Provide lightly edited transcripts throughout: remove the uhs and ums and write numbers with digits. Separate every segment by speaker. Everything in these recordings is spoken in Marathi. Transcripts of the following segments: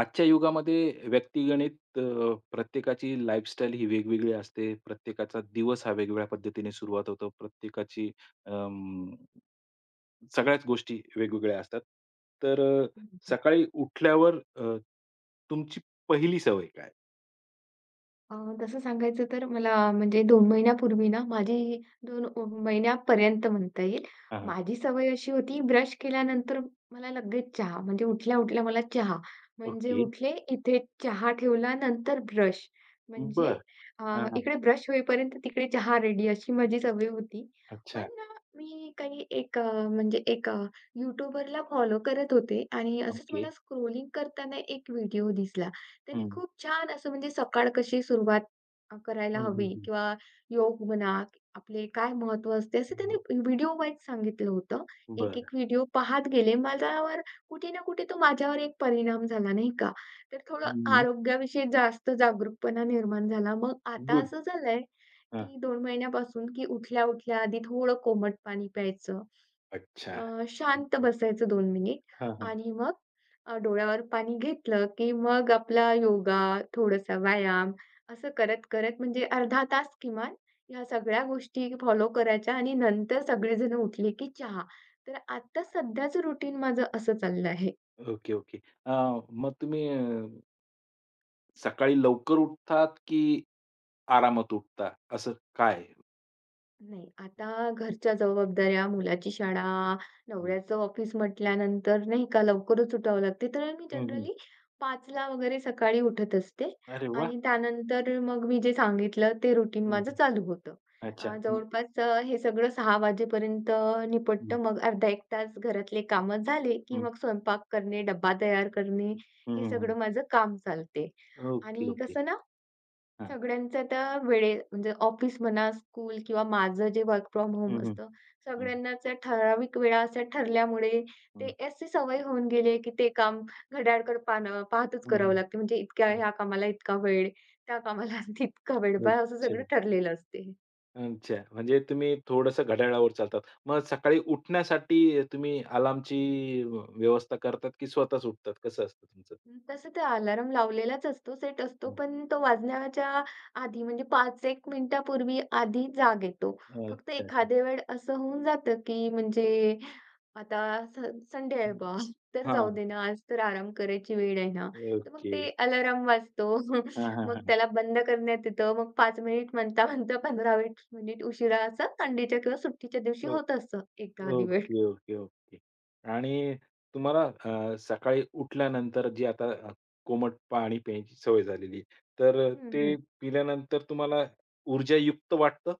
Speaker 1: आजच्या युगामध्ये व्यक्तिगणित प्रत्येकाची लाईफस्टाईल ही वेगवेगळी असते. प्रत्येकाचा दिवस हा वेगवेगळ्या पद्धतीने सुरुवात होतो. प्रत्येकाची अं, सगळ्याच गोष्टी वेगवेगळ्या असतात. तर सकाळी उठल्यावर तुमची पहिली सवय काय?
Speaker 2: अ, तसं सांगायचं तर मला म्हणजे 2 महिन्यापूर्वी ना, माझी 2 महिन्यापर्यंत म्हणता येईल,
Speaker 1: हां, हां.
Speaker 2: माझी सवय अशी होती ब्रश केल्यानंतर मला लगेच चहा. म्हणजे उठल्या-उठल्या मला चहा. म्हणजे
Speaker 1: ओके.
Speaker 2: उठले इथे चहा ठेवला नंतर ब्रश. म्हणजे
Speaker 1: बरं.
Speaker 2: अ,
Speaker 1: हां, हां.
Speaker 2: इकडे ब्रश होईपर्यंत तिकडे चहा रेडी अशी माझी सवय होती. पण
Speaker 1: अच्छा.
Speaker 2: मी काही एक म्हणजे एक YouTuberला फॉलो करत होते आणि असंच
Speaker 1: ओके.
Speaker 2: मला स्क्रॉलिंग करताना एक व्हिडिओ दिसला. त्यांनी
Speaker 1: हं.
Speaker 2: खूप छान असं म्हणजे सकाळ कशी सुरुवात करायला
Speaker 1: हं, हं,
Speaker 2: हवी
Speaker 1: हं.
Speaker 2: किंवा योग म्हणा, आपले काय महत्त्व असते, असं त्यांनी
Speaker 1: हं.
Speaker 2: व्हिडिओ वाईज सांगितलं होतं.
Speaker 1: बरं.
Speaker 2: एक-एक व्हिडिओ पाहत गेले. कुठे ना कुठे तो माझ्यावर एक परिणाम झाला, नाही का? तर थोडं आरोग्याविषयी जास्त जागरूकपणा निर्माण झाला. मग आता
Speaker 1: गुड.
Speaker 2: असं झालंय,
Speaker 1: हां.
Speaker 2: की 2 महिन्यापासून की उठल्या-उठल्या आधी थोडं कोमट पाणी प्यायचं.
Speaker 1: अच्छा.
Speaker 2: शांत बसायचं 2 मिनिट
Speaker 1: हां, हां.
Speaker 2: आणि मग डोळ्यावर पाणी घेतलं, की मग आपला योगा, थोडासा व्यायाम असं करत-करत म्हणजे अर्धा तास किमान ह्या सगळ्या गोष्टी फॉलो करायच्या आणि नंतर सगळेजण उठले, की चहा. तर आता सध्याचं रुटीन माझं असं चाललं आहे.
Speaker 1: Okay, okay. अ, मग तुम्ही सकाळी लवकर उठतात की आरामात उठता? असं काय आहे?
Speaker 2: नाही, आता घरच्या जबाबदाऱ्या, मुलाची शाळा,
Speaker 1: हं.
Speaker 2: नवऱ्याचं ऑफिस म्हटल्यानंतर नाही का लवकरच उठावं लागते. तर मी
Speaker 1: हं, हं.
Speaker 2: जनरली पाचला वगैरे सकाळी उठत असते
Speaker 1: अरे वाह!
Speaker 2: आणि त्यानंतर मग मी जे सांगितलं ते रुटीन
Speaker 1: हं,
Speaker 2: माझं
Speaker 1: हं.
Speaker 2: चालू होतं.
Speaker 1: अच्छा. हं,
Speaker 2: जवळपास हे सगळं 6:00 वाजेपर्यंत
Speaker 1: हं,
Speaker 2: निपटतं. मग अर्धा 1 तास घरातले कामं झाले, की
Speaker 1: हं,
Speaker 2: मग स्वयंपाक करणे, डब्बा तयार करणे,
Speaker 1: हं,
Speaker 2: हे
Speaker 1: हं, हं.
Speaker 2: सगळं माझं काम चालते.
Speaker 1: ओके,
Speaker 2: आणि
Speaker 1: ओके.
Speaker 2: कसं ना
Speaker 1: हां.
Speaker 2: सगळ्यांचं तर वेळे म्हणजे ऑफिस म्हणा, स्कूल किंवा माझं जे वर्क फ्रॉम
Speaker 1: हं,
Speaker 2: होम
Speaker 1: हं.
Speaker 2: असतं,
Speaker 1: हं,
Speaker 2: सगळ्यांनाच ठराविक वेळा अशा ठरल्यामुळे ते
Speaker 1: हं,
Speaker 2: अशी सवय होऊन गेली आहे, की ते काम घड्याळकडे पाहणं पाहतच
Speaker 1: हं,
Speaker 2: करावं
Speaker 1: हं,
Speaker 2: लागते. म्हणजे इतक्या
Speaker 1: हं.
Speaker 2: ह्या कामाला इतका वेळ, त्या कामाला तितका वेळ बा असं
Speaker 1: अच्छा,
Speaker 2: सगळं ठरलेलं असते.
Speaker 1: अच्छा. म्हणजे तुम्ही थोडंसं घड्याळावर चालतात. मग सकाळी उठण्यासाठी तुम्ही अलार्मची व्यवस्था करतात की स्वतःच उठतात? कसं असतं तुमचं?
Speaker 2: तसं तर अलार्म लावलेलाच असतो, सेट असतो,
Speaker 1: हं.
Speaker 2: पण तो वाजण्याच्या आधी म्हणजे 5-1 मिनिटापूर्वी आधी जाग येतो. फक्त
Speaker 1: अच्छा, अच्छा.
Speaker 2: एखाद्या वेळ असं होऊन जातं, की म्हणजे आता संडे आहे
Speaker 1: हं.
Speaker 2: बा, तर जाऊ
Speaker 1: हां.
Speaker 2: दे ना, आज तर आराम करायची वेळ आहे ना. तर मग
Speaker 1: ओके.
Speaker 2: ते अलार्म वाजतो.
Speaker 1: हां, हां,
Speaker 2: मग
Speaker 1: हां.
Speaker 2: त्याला बंद करण्यात येतं. मग पाच मिनिट म्हणता-म्हणता 15 मिनिट मिनिट उशिरा असं संडेच्या किंवा सुट्टीच्या दिवशी
Speaker 1: अ
Speaker 2: होत असतं एखादी वेळ.
Speaker 1: Okay, okay, okay. आणि तुम्हाला सकाळी उठल्यानंतर जी आता कोमट पाणी प्यायची सवय झालेली आहे. तर
Speaker 2: हं,
Speaker 1: ते
Speaker 2: हं.
Speaker 1: पिल्यानंतर तुम्हाला ऊर्जायुक्त वाटतं?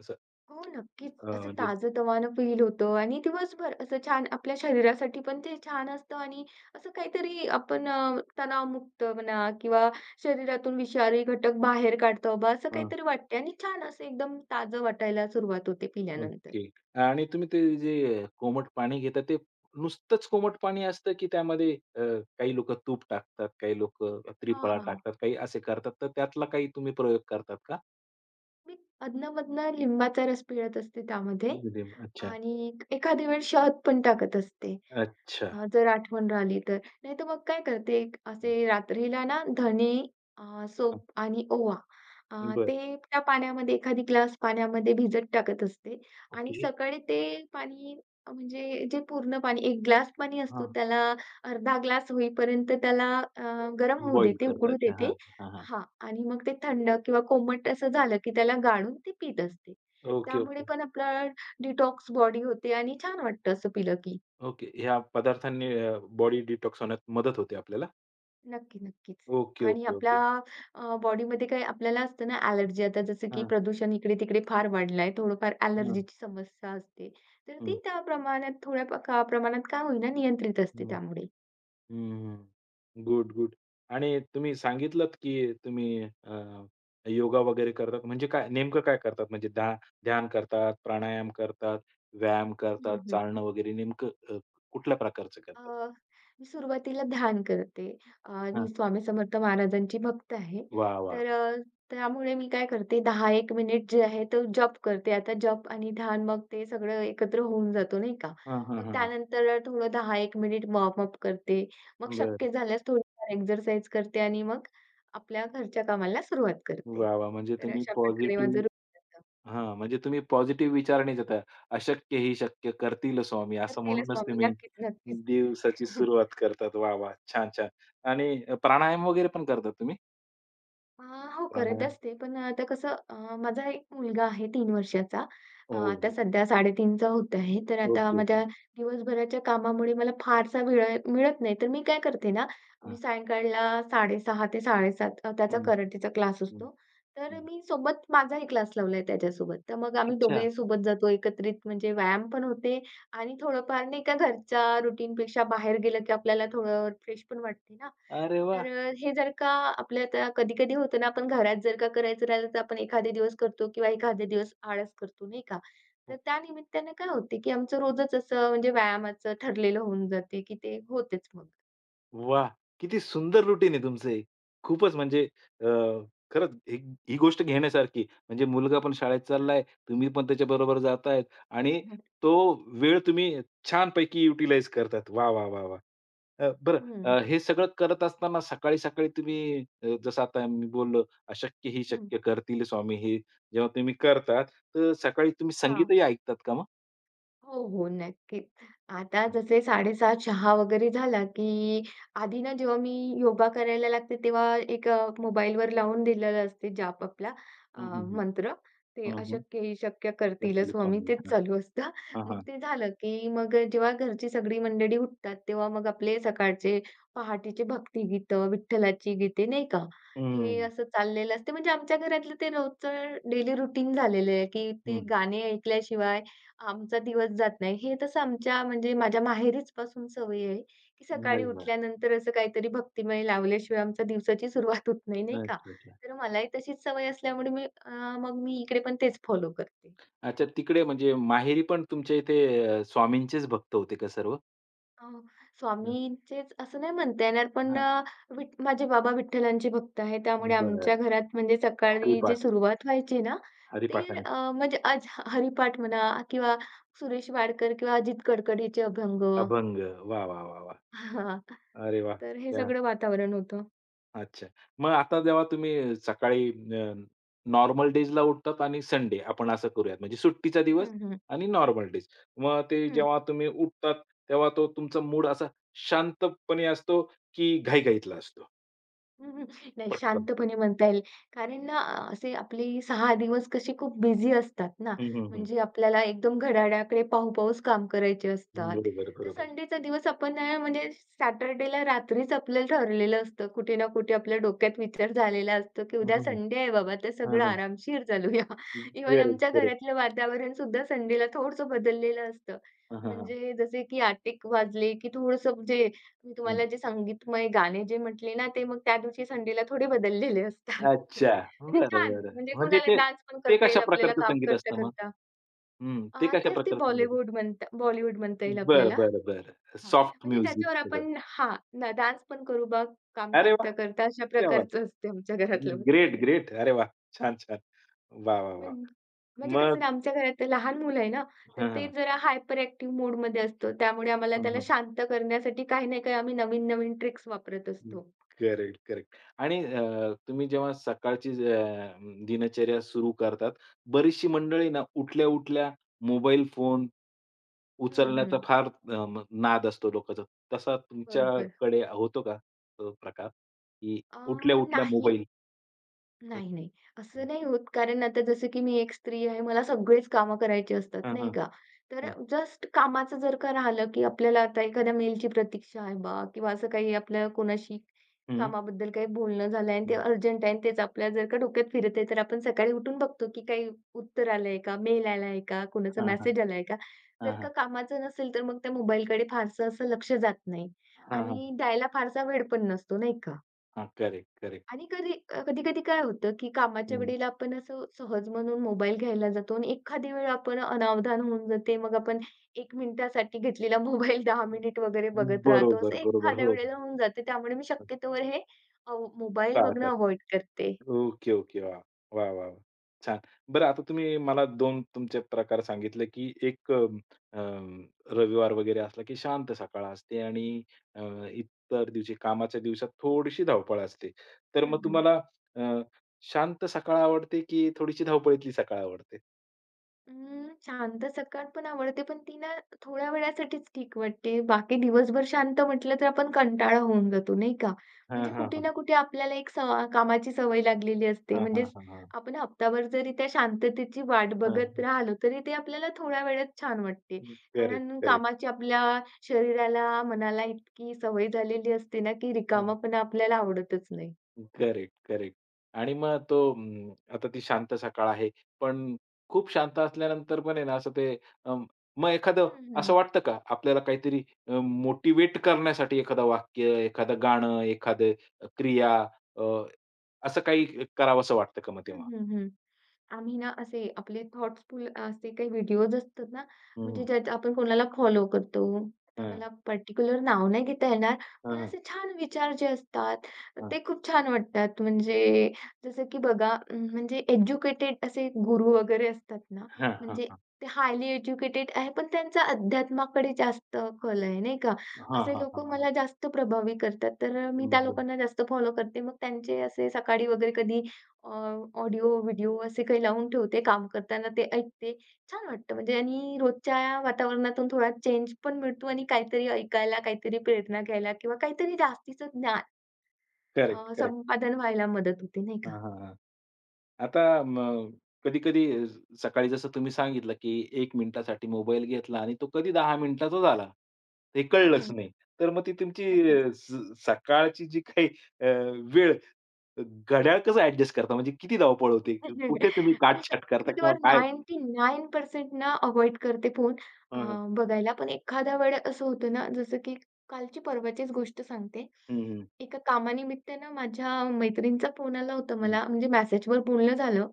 Speaker 1: असं
Speaker 2: हो, नक्कीच. असं
Speaker 1: म्हणजे
Speaker 2: ताजंतवानं फील होतं आणि दिवसभर असं छान आपल्या शरीरासाठी पण ते छान असतं आणि असं काहीतरी आपण तणावमुक्त म्हणा किंवा शरीरातून विषारी घटक बाहेर काढतो बा, असं
Speaker 1: हां,
Speaker 2: काहीतरी वाटते आणि छान असं एकदम ताजं वाटायला सुरुवात होते पिल्यानंतर.
Speaker 1: ओके. आणि तुम्ही ते जे कोमट पाणी घेता ते नुसतंच कोमट पाणी असतं, की त्यामध्ये काही लोकं तूप टाकतात, काही लोकं
Speaker 2: हां,
Speaker 1: त्रिफळा
Speaker 2: हां.
Speaker 1: टाकतात, काही असे करतात. तर त्यातला काही तुम्ही प्रयोग करतात का?
Speaker 2: मी अधनं-मधनं लिंबाचा रस पिळत असते त्यामध्ये
Speaker 1: मिडियम अच्छा,
Speaker 2: आणि एखादी वेळ शहद पण टाकत असते.
Speaker 1: अच्छा.
Speaker 2: जर आठवण राहिली तर. नाहीतर मग काय करते, एक
Speaker 1: हं,
Speaker 2: असे रात्रीला ना धणे,
Speaker 1: हं.
Speaker 2: सोप आणि ओवा अ, ते त्या पाण्यामध्ये एखादी ग्लास पाण्यामध्ये भिजत टाकत असते आणि
Speaker 1: ओके.
Speaker 2: सकाळी ते पाणी म्हणजे जे पूर्ण पाणी 1 ग्लास पाणी असतो
Speaker 1: हां.
Speaker 2: त्याला अर्धा ग्लास होईपर्यंत त्याला अ, गरम होऊ
Speaker 1: बॉईल
Speaker 2: देते,
Speaker 1: करता.
Speaker 2: उकळू
Speaker 1: अच्छा. हां,
Speaker 2: देते
Speaker 1: हां, हां.
Speaker 2: हां. आणि मग ते थंड किंवा कोमट असं झालं, की त्याला गाळून ते पीत असते.
Speaker 1: ओके,
Speaker 2: त्यामुळे
Speaker 1: ओके,
Speaker 2: पण आपला डिटॉक्स बॉडी होते आणि छान वाटतं असं पिलं की.
Speaker 1: ओके. ह्या पदार्थांनी बॉडी डिटॉक्स होण्यात मदत होते आपल्याला?
Speaker 2: नक्की, नक्कीच.
Speaker 1: ओके,
Speaker 2: आणि
Speaker 1: ओके,
Speaker 2: आपल्या
Speaker 1: ओके.
Speaker 2: बॉडीमध्ये काही आपल्याला असतं ना ॲलर्जी आता जसं की
Speaker 1: हां,
Speaker 2: प्रदूषण इकडे-तिकडे फार वाढलंय, थोडंफार
Speaker 1: हां,
Speaker 2: ॲलर्जीची समस्या असते. तर
Speaker 1: हं,
Speaker 2: ती त्या प्रमाणात थोड्या प प्रमाणात का होईना नियंत्रित असते
Speaker 1: हं,
Speaker 2: त्यामुळे.
Speaker 1: हं. Good, good. आणि तुम्ही सांगितलत, की तुम्ही योगा वगैरे करतात. म्हणजे काय नेमकं काय करतात? म्हणजे ध्यान करतात, प्राणायाम करतात, व्यायाम करतात,
Speaker 2: हं, हं.
Speaker 1: चालणं वगैरे नेमकं कुठल्या प्रकारचं
Speaker 2: अ,
Speaker 1: करतात?
Speaker 2: मी सुरुवातीला ध्यान करते. अ,
Speaker 1: हां.
Speaker 2: मी स्वामी समर्थ महाराजांची भक्त आहे.
Speaker 1: वाह! वाह!
Speaker 2: तर त्यामुळे मी काय करते 10 एक मिनिट जे आहे तो जप करते. आता जप आणि ध्यान मग ते सगळं एकत्र होऊन जातो नाही का?
Speaker 1: हां, हां,
Speaker 2: मग
Speaker 1: हां, हां.
Speaker 2: त्यानंतर थोडं 10 एक मिनिट वॉर्मअप करते. मग
Speaker 1: बरं.
Speaker 2: शक्य झाल्यास थोडीफार एक्सरसाइज करते आणि मग आपल्या घरच्या कामाला सुरुवात करते.
Speaker 1: वाह! म्हणजे
Speaker 2: तर
Speaker 1: तुम्ही
Speaker 2: अशा प्रकारे माझं
Speaker 1: पॉझिटिव्ह
Speaker 2: रूटीन असतं.
Speaker 1: हां, म्हणजे तुम्ही पॉझिटिव्ह विचारणेच येता. अशक्य ही शक्य करतील स्वामी असं
Speaker 2: करतील
Speaker 1: म्हणूनच
Speaker 2: स्वामी
Speaker 1: तुम्ही
Speaker 2: नक्कीच, नक्कीच.
Speaker 1: दिवसाची सुरुवात करतात. वाह! वाह! छान, छान. आणि प्राणायाम वगैरे पण करता तुम्ही?
Speaker 2: अ, हो करत
Speaker 1: प्राणायाम.
Speaker 2: असते. पण आता कसं माझा एक मुलगा आहे 3 वर्षाचा.
Speaker 1: हो,
Speaker 2: आता
Speaker 1: हो.
Speaker 2: सध्या 3.5चा होत आहे. तर आता
Speaker 1: ओके, ओके.
Speaker 2: माझ्या दिवसभराच्या कामामुळे मला फारसा वेळ मिळत नाही. तर मी काय करते ना, मी
Speaker 1: हां.
Speaker 2: सायंकाळला 6:30 ते 7:30 त्याचा
Speaker 1: हं,
Speaker 2: कराटेचा क्लास
Speaker 1: हं,
Speaker 2: असतो. तर
Speaker 1: हं.
Speaker 2: मी सोबत माझाही क्लास लावलाय त्याच्यासोबत. तर मग आम्ही
Speaker 1: अच्छा.
Speaker 2: दोघे सोबत जातो एकत्रित. म्हणजे व्यायाम पण होते आणि थोडंफार नाही का घरच्या रुटीनपेक्षा बाहेर गेलं की आपल्याला थोडं फ्रेश पण वाटते ना.
Speaker 1: अरे
Speaker 2: तर
Speaker 1: वाह!
Speaker 2: हे जर का आपल्या आता कधी-कधी होतं ना, आपण घरात जर का करायचं राहिलं, तर आपण एखादे दिवस करतो किंवा एखादे दिवस आळस करतो, नाही का? तर त्या निमित्तानं काय होते, की आमचं रोजच असं म्हणजे व्यायामाचं ठरलेलं होऊन जाते, की ते होतेच मग.
Speaker 1: वाह! किती सुंदर रुटीन आहे तुमचं हे. खूपच म्हणजे अ, खरंच ही ही गोष्ट घेण्यासारखी. म्हणजे मुलगा पण शाळेत चाललाय, तुम्ही पण त्याच्याबरोबर जातायत
Speaker 2: हं,
Speaker 1: आणि
Speaker 2: हं.
Speaker 1: तो वेळ तुम्ही छानपैकी युटिलाइज करतात. वाह, वाह, वाह, वाह! बरं
Speaker 2: हं,
Speaker 1: हे सगळं करत असताना सकाळी-सकाळी तुम्ही जसं आता मी बोललो, "अशक्य ही शक्य करतील स्वामी" हे जेव्हा तुम्ही करतात, तर सकाळी तुम्ही संगीतही ऐकतात का मग?
Speaker 2: हो, हो. नक्कीच. आता जसे 7:30 चहा वगैरे झाला, की आधी ना जेव्हा मी योगा करायला लागते तेव्हा एक मोबाईलवर लावून दिलेला असते जाप आपला
Speaker 1: हं, हं, हं.
Speaker 2: मंत्र. ते
Speaker 1: हं, हं.
Speaker 2: अशक्य ही शक्य करतील
Speaker 1: करतील
Speaker 2: स्वामी
Speaker 1: स्वामी.
Speaker 2: तेच
Speaker 1: हां,
Speaker 2: चालू असतं.
Speaker 1: हां,
Speaker 2: मग
Speaker 1: हां.
Speaker 2: ते झालं, की मग जेव्हा घरची सगळी मंडळी उठतात, तेव्हा मग आपले सकाळचे पहाटेचे भक्तिगीतं, विठ्ठलाची गीते नाही का, हे
Speaker 1: हं,
Speaker 2: असं चाललेलं असते. म्हणजे आमच्या घरातलं ते रोजचं डेली रुटीन झालेलं आहे, की ते
Speaker 1: हं.
Speaker 2: गाणे ऐकल्याशिवाय आमचा दिवस जात नाही. हे तसं आमच्या म्हणजे माझ्या माहेरीच पासून सवय आहे, की
Speaker 1: अरे
Speaker 2: सकाळी
Speaker 1: वाह!
Speaker 2: उठल्यानंतर असं काहीतरी भक्तिमय लावल्याशिवाय आमच्या दिवसाची सुरुवात होत नाही, नाही का?
Speaker 1: अच्छा, अच्छा.
Speaker 2: तर मलाही तशीच सवय असल्यामुळे मग मी इकडे पण तेच फॉलो करते.
Speaker 1: अच्छा तिकडे म्हणजे माहेरी पण तुमच्या इथे स्वामींचेच भक्त होते का सर्व?
Speaker 2: अ, स्वामींचेच असं नाही म्हणता येणार, पण
Speaker 1: हां.
Speaker 2: माझे बाबा विठ्ठलांचे भक्त आहेत. त्यामुळे आमच्या
Speaker 1: बरं.
Speaker 2: घरात म्हणजे सकाळी जी
Speaker 1: हरिपाठ,
Speaker 2: सुरुवात व्हायची ना,
Speaker 1: हरिपाठाने.
Speaker 2: म्हणजे आज हरिपाठ म्हणा किंवा सुरेश वाडकर किंवा अजित कडकड याचे अभंग
Speaker 1: अभंग. वाह, वाह, वाह, वाह!
Speaker 2: हां.
Speaker 1: अरे वाह!
Speaker 2: तर हे
Speaker 1: क्या
Speaker 2: सगळं वातावरण होतं.
Speaker 1: अच्छा. मग आता जेव्हा तुम्ही सकाळी अ, नॉर्मल डेजला उठतात आणि संडे आपण असं करूयात म्हणजे सुट्टीचा दिवस
Speaker 2: हं, हं.
Speaker 1: आणि नॉर्मल डेज. मग ते
Speaker 2: हं.
Speaker 1: जेव्हा तुम्ही उठतात तेव्हा तो तुमचा मूड असा शांतपणे असतो की घाईघाईतला असतो?
Speaker 2: हं, हं. नाही
Speaker 1: पटकन तो.
Speaker 2: शांतपणे म्हणता येईल. कारण ना असे आपले 6 दिवस कसे खूप बिझी असतात ना,
Speaker 1: हं, हं, हं.
Speaker 2: म्हणजे आपल्याला एकदम घड्याळाकडे पाहूपाऊच काम करायचे असतात.
Speaker 1: बरोबर,
Speaker 2: तर
Speaker 1: बरोबर.
Speaker 2: संडेचा दिवस म्हणजे सॅटर्डेला रात्रीच आपल्याला ठरलेलं असतं. कुठे ना कुठे आपल्या डोक्यात विचार झालेला असतो, की
Speaker 1: हं,
Speaker 2: उद्या
Speaker 1: हं, हं.
Speaker 2: संडे आहे बाबा, तर
Speaker 1: हां,
Speaker 2: सगळं
Speaker 1: हां.
Speaker 2: आरामशीर चालूया. इव्हन
Speaker 1: करेक्ट,
Speaker 2: आमच्या
Speaker 1: करेक्ट.
Speaker 2: घरातलं वातावरण सुद्धा संडेला थोडंसं बदललेलं असतं.
Speaker 1: हां, हां, हां.
Speaker 2: म्हणजे जसे की 8:00 वाजले, की थोडंसं म्हणजे मी
Speaker 1: हं.
Speaker 2: तुम्हाला जे संगीतमय गाणे जे म्हटले ना, ते मग त्या दिवशी संडेला थोडे बदललेले असतात.
Speaker 1: अच्छा.
Speaker 2: म्हणजे
Speaker 1: बरं,
Speaker 2: छान
Speaker 1: बरं.
Speaker 2: म्हणजे
Speaker 1: म्हणजे
Speaker 2: कोणाला
Speaker 1: ते
Speaker 2: डान्स पण
Speaker 1: ते
Speaker 2: करता
Speaker 1: कशा
Speaker 2: येईल आपल्याला
Speaker 1: प्रकारचं
Speaker 2: काम
Speaker 1: संगीत असतं मग?
Speaker 2: करता-करता.
Speaker 1: हं. ते कशा
Speaker 2: तेच ते
Speaker 1: प्रकारचं संगीत?
Speaker 2: बॉलिवूड म्हणता येईल
Speaker 1: बरं,
Speaker 2: आपल्याला.
Speaker 1: बरं, बरं.
Speaker 2: हां,
Speaker 1: सॉफ्ट
Speaker 2: म्हणजे
Speaker 1: म्युझिक
Speaker 2: त्याच्यावर
Speaker 1: सगळं.
Speaker 2: आपण हां, ना डान्स पण करू बा काम
Speaker 1: अरे वाह!
Speaker 2: करता-करता अशा
Speaker 1: क्या बात!
Speaker 2: प्रकारचं असते आमच्या घरातलं
Speaker 1: ग्रेट,
Speaker 2: वातावरण.
Speaker 1: ग्रेट. अरे वाह! छान, छान. वाह, वाह, वाह!
Speaker 2: म्हण म्हणजे कसं
Speaker 1: मग
Speaker 2: ना आमच्या घरात लहान मुलं आहे ना, तर
Speaker 1: हां,
Speaker 2: ते
Speaker 1: हां.
Speaker 2: जरा हायपर ॲक्टिव्ह मोडमध्ये असतो. त्यामुळे आम्हाला
Speaker 1: हां,
Speaker 2: त्याला
Speaker 1: हां.
Speaker 2: शांत करण्यासाठी काही ना काही आम्ही नवीन-नवीन ट्रिक्स वापरत असतो.
Speaker 1: Correct, correct. आणि तुम्ही जेव्हा सकाळची दिनचर्या सुरू करतात, बरीचशी मंडळी ना उठल्या-उठल्या मोबाईल फोन
Speaker 2: हं,
Speaker 1: उचलण्याचा
Speaker 2: हं.
Speaker 1: फार अ, म नाद असतो लोकांचा. तसा
Speaker 2: बरोबर.
Speaker 1: तुमच्याकडे होतो का तो प्रकार? की
Speaker 2: अ,
Speaker 1: उठल्या-उठल्या
Speaker 2: नाही.
Speaker 1: मोबाईल? हं,
Speaker 2: नाही, नाही. असं
Speaker 1: हं.
Speaker 2: नाही होत कारण आता जसं की मी एक स्त्री आहे, मला सगळेच कामं करायची असतात,
Speaker 1: हां,
Speaker 2: नाही
Speaker 1: हां,
Speaker 2: का. तर
Speaker 1: हां.
Speaker 2: जस्ट कामाचं जर का राहिलं, की आपल्याला आता एखाद्या मेलची प्रतीक्षा आहे बा किंवा असं काही आपल्या कोणाशी
Speaker 1: हं,
Speaker 2: कामाबद्दल काही बोलणं झालं आणि ते
Speaker 1: हं.
Speaker 2: अर्जंट आहे आणि तेच आपल्या जर का डोक्यात फिरत आहे, तर आपण सकाळी उठून बघतो, की काही उत्तर आलंय का? मेल आलाय का? कोणाचा
Speaker 1: हां, हां.
Speaker 2: मेसेज आलाय का?
Speaker 1: हां,
Speaker 2: जर का
Speaker 1: हां.
Speaker 2: कामाचं नसेल, तर मग त्या मोबाईलकडे फारसं असं लक्ष जात नाही आणि द्यायला फारसा वेळ पण नसतो, नाही का.
Speaker 1: Correct, correct.
Speaker 2: आणि कधी-कधी काय होतं, की कामाच्या वेळेला आपण असं सहज म्हणून मोबाईल घ्यायला जातो आणि एखादी वेळ आपण अनावधान होऊन जाते. मग आपण 1 मिनिटासाठी घेतलेला मोबाईल 10 मिनिट वगैरे बघत राहतो. असं
Speaker 1: बरोबर, बरोबर.
Speaker 2: एखाद्या
Speaker 1: हो.
Speaker 2: वेळेला होऊन जाते. त्यामुळे मी शक्यतोवर हे मोबाईल बघणं
Speaker 1: टाळतात.
Speaker 2: अव्हॉइड करते.
Speaker 1: Okay, okay. वाह! वाह, वाह, वाह! छान. बरं आता तुम्ही मला 2 तुमचे प्रकार सांगितले, की एक अं, रविवार वगैरे असला, की शांत सकाळ असते आणि अ, इतर दिवशी कामाच्या दिवसात थोडीशी धावपळ असते. तर
Speaker 2: हं,
Speaker 1: मग
Speaker 2: हं.
Speaker 1: तुम्हाला अ, शांत सकाळ आवडते, की थोडीशी धावपळीतली सकाळ आवडते?
Speaker 2: अं, शांत सकाळ पण आवडते, पण ती ना थोड्या वेळासाठीच ठीक वाटते. बाकी दिवसभर शांत म्हटलं तर आपण कंटाळा होऊन जातो, नाही का?
Speaker 1: हां,
Speaker 2: म्हणजे
Speaker 1: हां,
Speaker 2: कुठे
Speaker 1: हां.
Speaker 2: ना कुठे आपल्याला एक सव कामाची सवय लागलेली असते.
Speaker 1: हां, हां,
Speaker 2: म्हणजेच
Speaker 1: हां, हां.
Speaker 2: आपण हप्ताभर जरी त्या शांततेची वाट बघत राहिलो, तरी ते आपल्याला थोड्या वेळात छान वाटते.
Speaker 1: करेक्ट,
Speaker 2: कारण
Speaker 1: करेक्ट.
Speaker 2: कामाची आपल्या शरीराला, मनाला इतकी सवय झालेली असते ना, की रिकामापणा आपल्याला आवडतच नाही.
Speaker 1: Correct, correct. आणि मग तो आता ती शांत सकाळ आहे. पण खूप शांत असल्यानंतर पण आहे ना, असं ते अ, मग एखादं
Speaker 2: हं, हं, हं.
Speaker 1: असं वाटतं का आपल्याला काहीतरी करण्यासाठी एखादं वाक्य, एखादं गाणं, एखादं क्रिया अ, असं काही करावसं वाटतं का मग तेव्हा?
Speaker 2: हं, हं, आम्ही ना असे आपले थॉट्सफुल असे काही व्हिडिओज असतात ना,
Speaker 1: हं,
Speaker 2: म्हणजे
Speaker 1: हं.
Speaker 2: ज्यात आपण कोणाला फॉलो करतो. आता मला पर्टिक्युलर नाव नाही घेता येणार, पण
Speaker 1: हं, हं,
Speaker 2: असे छान विचार जे असतात,
Speaker 1: हं.
Speaker 2: ते खूप छान वाटतात. म्हणजे जसं की बघा म्हणजे एज्युकेटेड असे गुरु वगैरे असतात ना,
Speaker 1: हां, हां,
Speaker 2: म्हणजे
Speaker 1: हां.
Speaker 2: ते हायली एज्युकेटेड आहे, पण त्यांचा अध्यात्माकडे जास्त कल आहे, नाही का?
Speaker 1: हां,
Speaker 2: असे
Speaker 1: हां, हां,
Speaker 2: लोकं
Speaker 1: हां.
Speaker 2: मला जास्त प्रभावी करतात, तर मी त्या
Speaker 1: बरं.
Speaker 2: लोकांना जास्त फॉलो करते. मग त्यांचे असे सकाळी वगैरे अ, ऑडिओ, व्हिडिओ असे काही लावून ठेवते. काम करताना ते ऐकते. छान वाटतं म्हणजे आणि रोजच्या वातावरणातून थोडा चेंज पण मिळतो आणि काहीतरी ऐकायला, काहीतरी प्रेरणा घ्यायला किंवा काहीतरी जास्तीचं ज्ञान
Speaker 1: करेक्ट.
Speaker 2: संपादन व्हायला मदत होते, नाही का?
Speaker 1: हां, हां, हां. आता मग कधी-कधी सकाळी जसं तुम्ही सांगितलं, की 1 मिनिटासाठी मोबाईल घेतला आणि तो कधी 10 मिनिटाचाच आला. हे
Speaker 2: हं,
Speaker 1: कळलंच
Speaker 2: हं.
Speaker 1: नाही. तर मग ती तुमची
Speaker 2: नक्कीच.
Speaker 1: अ, स सकाळची जी काही अ, वेळ घड्याळ कसं ॲडजस्ट करता? म्हणजे किती धावपळ होते? कुठे तुम्ही
Speaker 2: मी
Speaker 1: काटछाट करता किंवा
Speaker 2: शक्यतोवर
Speaker 1: काय?
Speaker 2: 99% ना अव्हॉइड करते फोन अ,
Speaker 1: हं, हं.
Speaker 2: बघायला. पण एखाद्या वेळेस असं होतं ना, जसं की कालची परवाचीच गोष्ट सांगते.
Speaker 1: हं, हं.
Speaker 2: एका कामानिमित्त ना माझ्या मैत्रिणीचा फोन आला होता
Speaker 1: हं,
Speaker 2: मला, म्हणजे मेसेजवर बोलणं झालं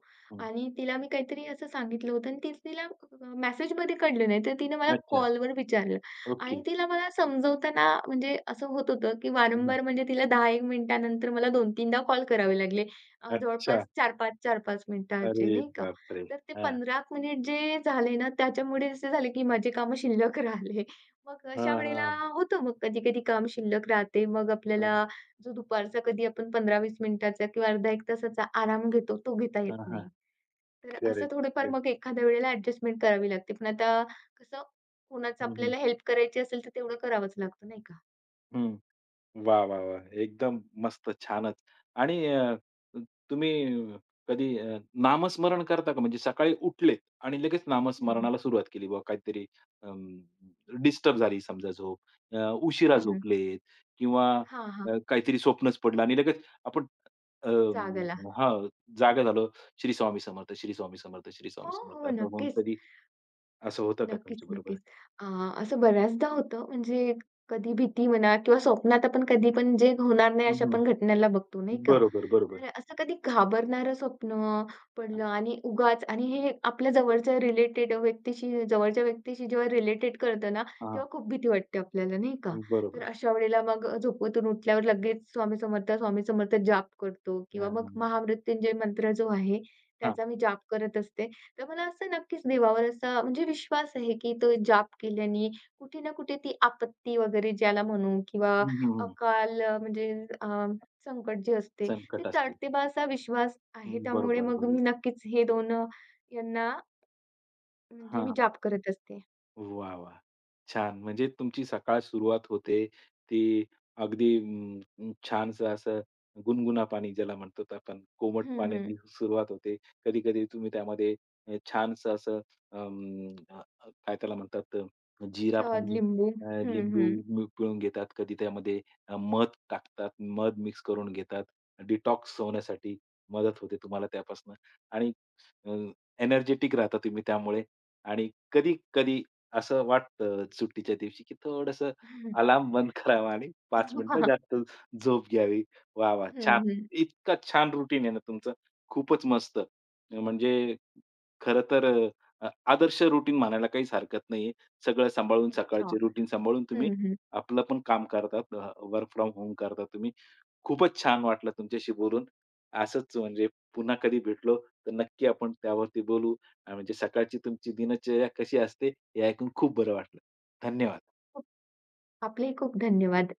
Speaker 2: आणि तिला मी काहीतरी असं सांगितलं होतं आणि तिला मेसेजमध्ये कळलं नाही, तर तिनं मला
Speaker 1: अच्छा.
Speaker 2: कॉलवर विचारलं
Speaker 1: ओके.
Speaker 2: आणि तिला मला समजवताना म्हणजे असं होत होतं, की
Speaker 1: हं,
Speaker 2: वारंवार म्हणजे तिला 10-1 मिनिटानंतर मला 2-3दा कॉल करावे लागले.
Speaker 1: अच्छा.
Speaker 2: जवळपास 4-5, 4-5 मिनिटाचे
Speaker 1: अरे
Speaker 2: नाही का.
Speaker 1: बापरे!
Speaker 2: तर ते
Speaker 1: हां.
Speaker 2: 15 मिनिट जे झाले ना, त्याच्यामुळे असे झाले की माझे कामं शिल्लक राहिले. मग अशा
Speaker 1: हां,
Speaker 2: वेळेला
Speaker 1: हां.
Speaker 2: होतं मग कधी-कधी काम शिल्लक राहते. मग
Speaker 1: हं.
Speaker 2: आपल्याला जो दुपारचा कधी आपण 15-20 मिनिटाचा किंवा अर्धा 1 तासाचा आराम घेतो, तो घेता येत
Speaker 1: हां,
Speaker 2: नाही. तर असं
Speaker 1: करेक्ट.
Speaker 2: थोडंफार मग एखाद्या वेळेला ॲडजस्टमेंट करावी लागते. पण आता कसं कोणाचं आपल्याला हेल्प करायची असेल, तर तेवढं करावंच लागतं नाही का.
Speaker 1: वा, वा, वा, एकदम मस्त, छानच. आणि तुम्ही कधी नामस्मरण करता का? म्हणजे सकाळी उठलेत आणि लगेच
Speaker 2: हं, हं.
Speaker 1: नामस्मरणाला सुरुवात केली बुवा काहीतरी अं, डिस्टर्ब झाली समजा झोप, अ, उशिरा
Speaker 2: हं, हं.
Speaker 1: झोपलेत किंवा
Speaker 2: हां, हां.
Speaker 1: काहीतरी स्वप्नच पडलं आणि लगेच आपण अ,
Speaker 2: जागेला.
Speaker 1: हां, जागा झालो. श्री स्वामी समर्थ, श्री स्वामी समर्थ, श्री स्वामी
Speaker 2: हो,
Speaker 1: समर्थ
Speaker 2: हो.
Speaker 1: असं म्हणून
Speaker 2: नक्कीच.
Speaker 1: कधी असं होतं का
Speaker 2: नक्कीच,
Speaker 1: तुमच्याबरोबर?
Speaker 2: नक्कीच. अ, असं बऱ्याचदा होतं म्हणजे कधी भीती म्हणा किंवा स्वप्नात आपण कधी पण जे होणार नाही
Speaker 1: हं,
Speaker 2: अशा
Speaker 1: हं.
Speaker 2: पण घटनेला बघतो नाही का?
Speaker 1: बरोबर, बरोबर.
Speaker 2: तर असं कधी घाबरणारं स्वप्न पडलं आणि उगाच आणि हे आपल्या जवळच्या व्यक्तीशी जेव्हा रिलेटेड करतो ना,
Speaker 1: हां, हां.
Speaker 2: तेव्हा खूप भीती वाटते आपल्याला नाही का? तर
Speaker 1: बरोबर.
Speaker 2: अशा वेळेला मग झोपेतून उठल्यावर लगेच स्वामी समर्थ, स्वामी समर्थ जाप करतो
Speaker 1: हां,
Speaker 2: किंवा मग
Speaker 1: हां, हां.
Speaker 2: महामृत्युंजय मंत्र जो आहे, त्याचा मी जाप करत असते. तर मला असं नक्कीच देवावर असा म्हणजे विश्वास आहे, की तो जाप केल्याने कुठे ना कुठे ती आपत्ती वगैरे ज्याला म्हणू किंवा
Speaker 1: हं, हं, हं.
Speaker 2: अकाल अ, म्हणजे अ, संकट जे असते, ते
Speaker 1: संकट असते.
Speaker 2: तळते बा असा विश्वास
Speaker 1: हं,
Speaker 2: आहे. त्यामुळे
Speaker 1: बरोबर,
Speaker 2: मग
Speaker 1: बरोबर.
Speaker 2: मी नक्कीच हे 2 यांना म्हणजे मी
Speaker 1: हां.
Speaker 2: जाप करत असते.
Speaker 1: वाह, वाह! छान. म्हणजे तुमची सकाळ सुरुवात होते ती अगदी छानसं असं गुणगुणा पाणी ज्याला म्हणतो ते आपण कोमट
Speaker 2: हं, हं.
Speaker 1: पाण्याने सुरुवात होते. कधी-कधी तुम्ही त्यामध्ये छानसं असं काय त्याला म्हणतात जीरा
Speaker 2: शहद,
Speaker 1: पाणी,
Speaker 2: लिंबू. हं,
Speaker 1: लिंबू
Speaker 2: हं.
Speaker 1: पिळून घेतात. कधी त्यामध्ये मध टाकतात, मध मिक्स करून घेतात. डिटॉक्स होण्यासाठी मदत होते तुम्हाला त्यापासून आणि एनर्जेटिक राहता तुम्ही त्यामुळे आणि कधी-कधी असं वाटतं सुट्टीच्या दिवशी, की थोडंसं अलार्म बंद करावा आणि 5 मिनिटं जास्त झोप घ्यावी. वाह, वाह! छान.
Speaker 2: हं, हं.
Speaker 1: इतका छान रुटीन आहे ना तुमचं. खूपच मस्त. म्हणजे खरं तर अ, अ, आदर्श रुटीन म्हणायला काहीच हरकत नाहीये. सगळं सांभाळून
Speaker 2: अच्छा.
Speaker 1: सकाळचे रुटीन सांभाळून तुम्ही
Speaker 2: हं, हं.
Speaker 1: आपलं पण काम करतात. वर्क फ्रॉम होम करता तुम्ही. खूपच छान वाटलं तुमच्याशी बोलून. असंच म्हणजे पुन्हा कधी भेटलो तर नक्की आपण त्यावरती बोलू. म्हणजे सकाळची तुमची दिनचर्या कशी असते हे ऐकून खूप बरं वाटलं. धन्यवाद.
Speaker 2: आपलेही खूप धन्यवाद.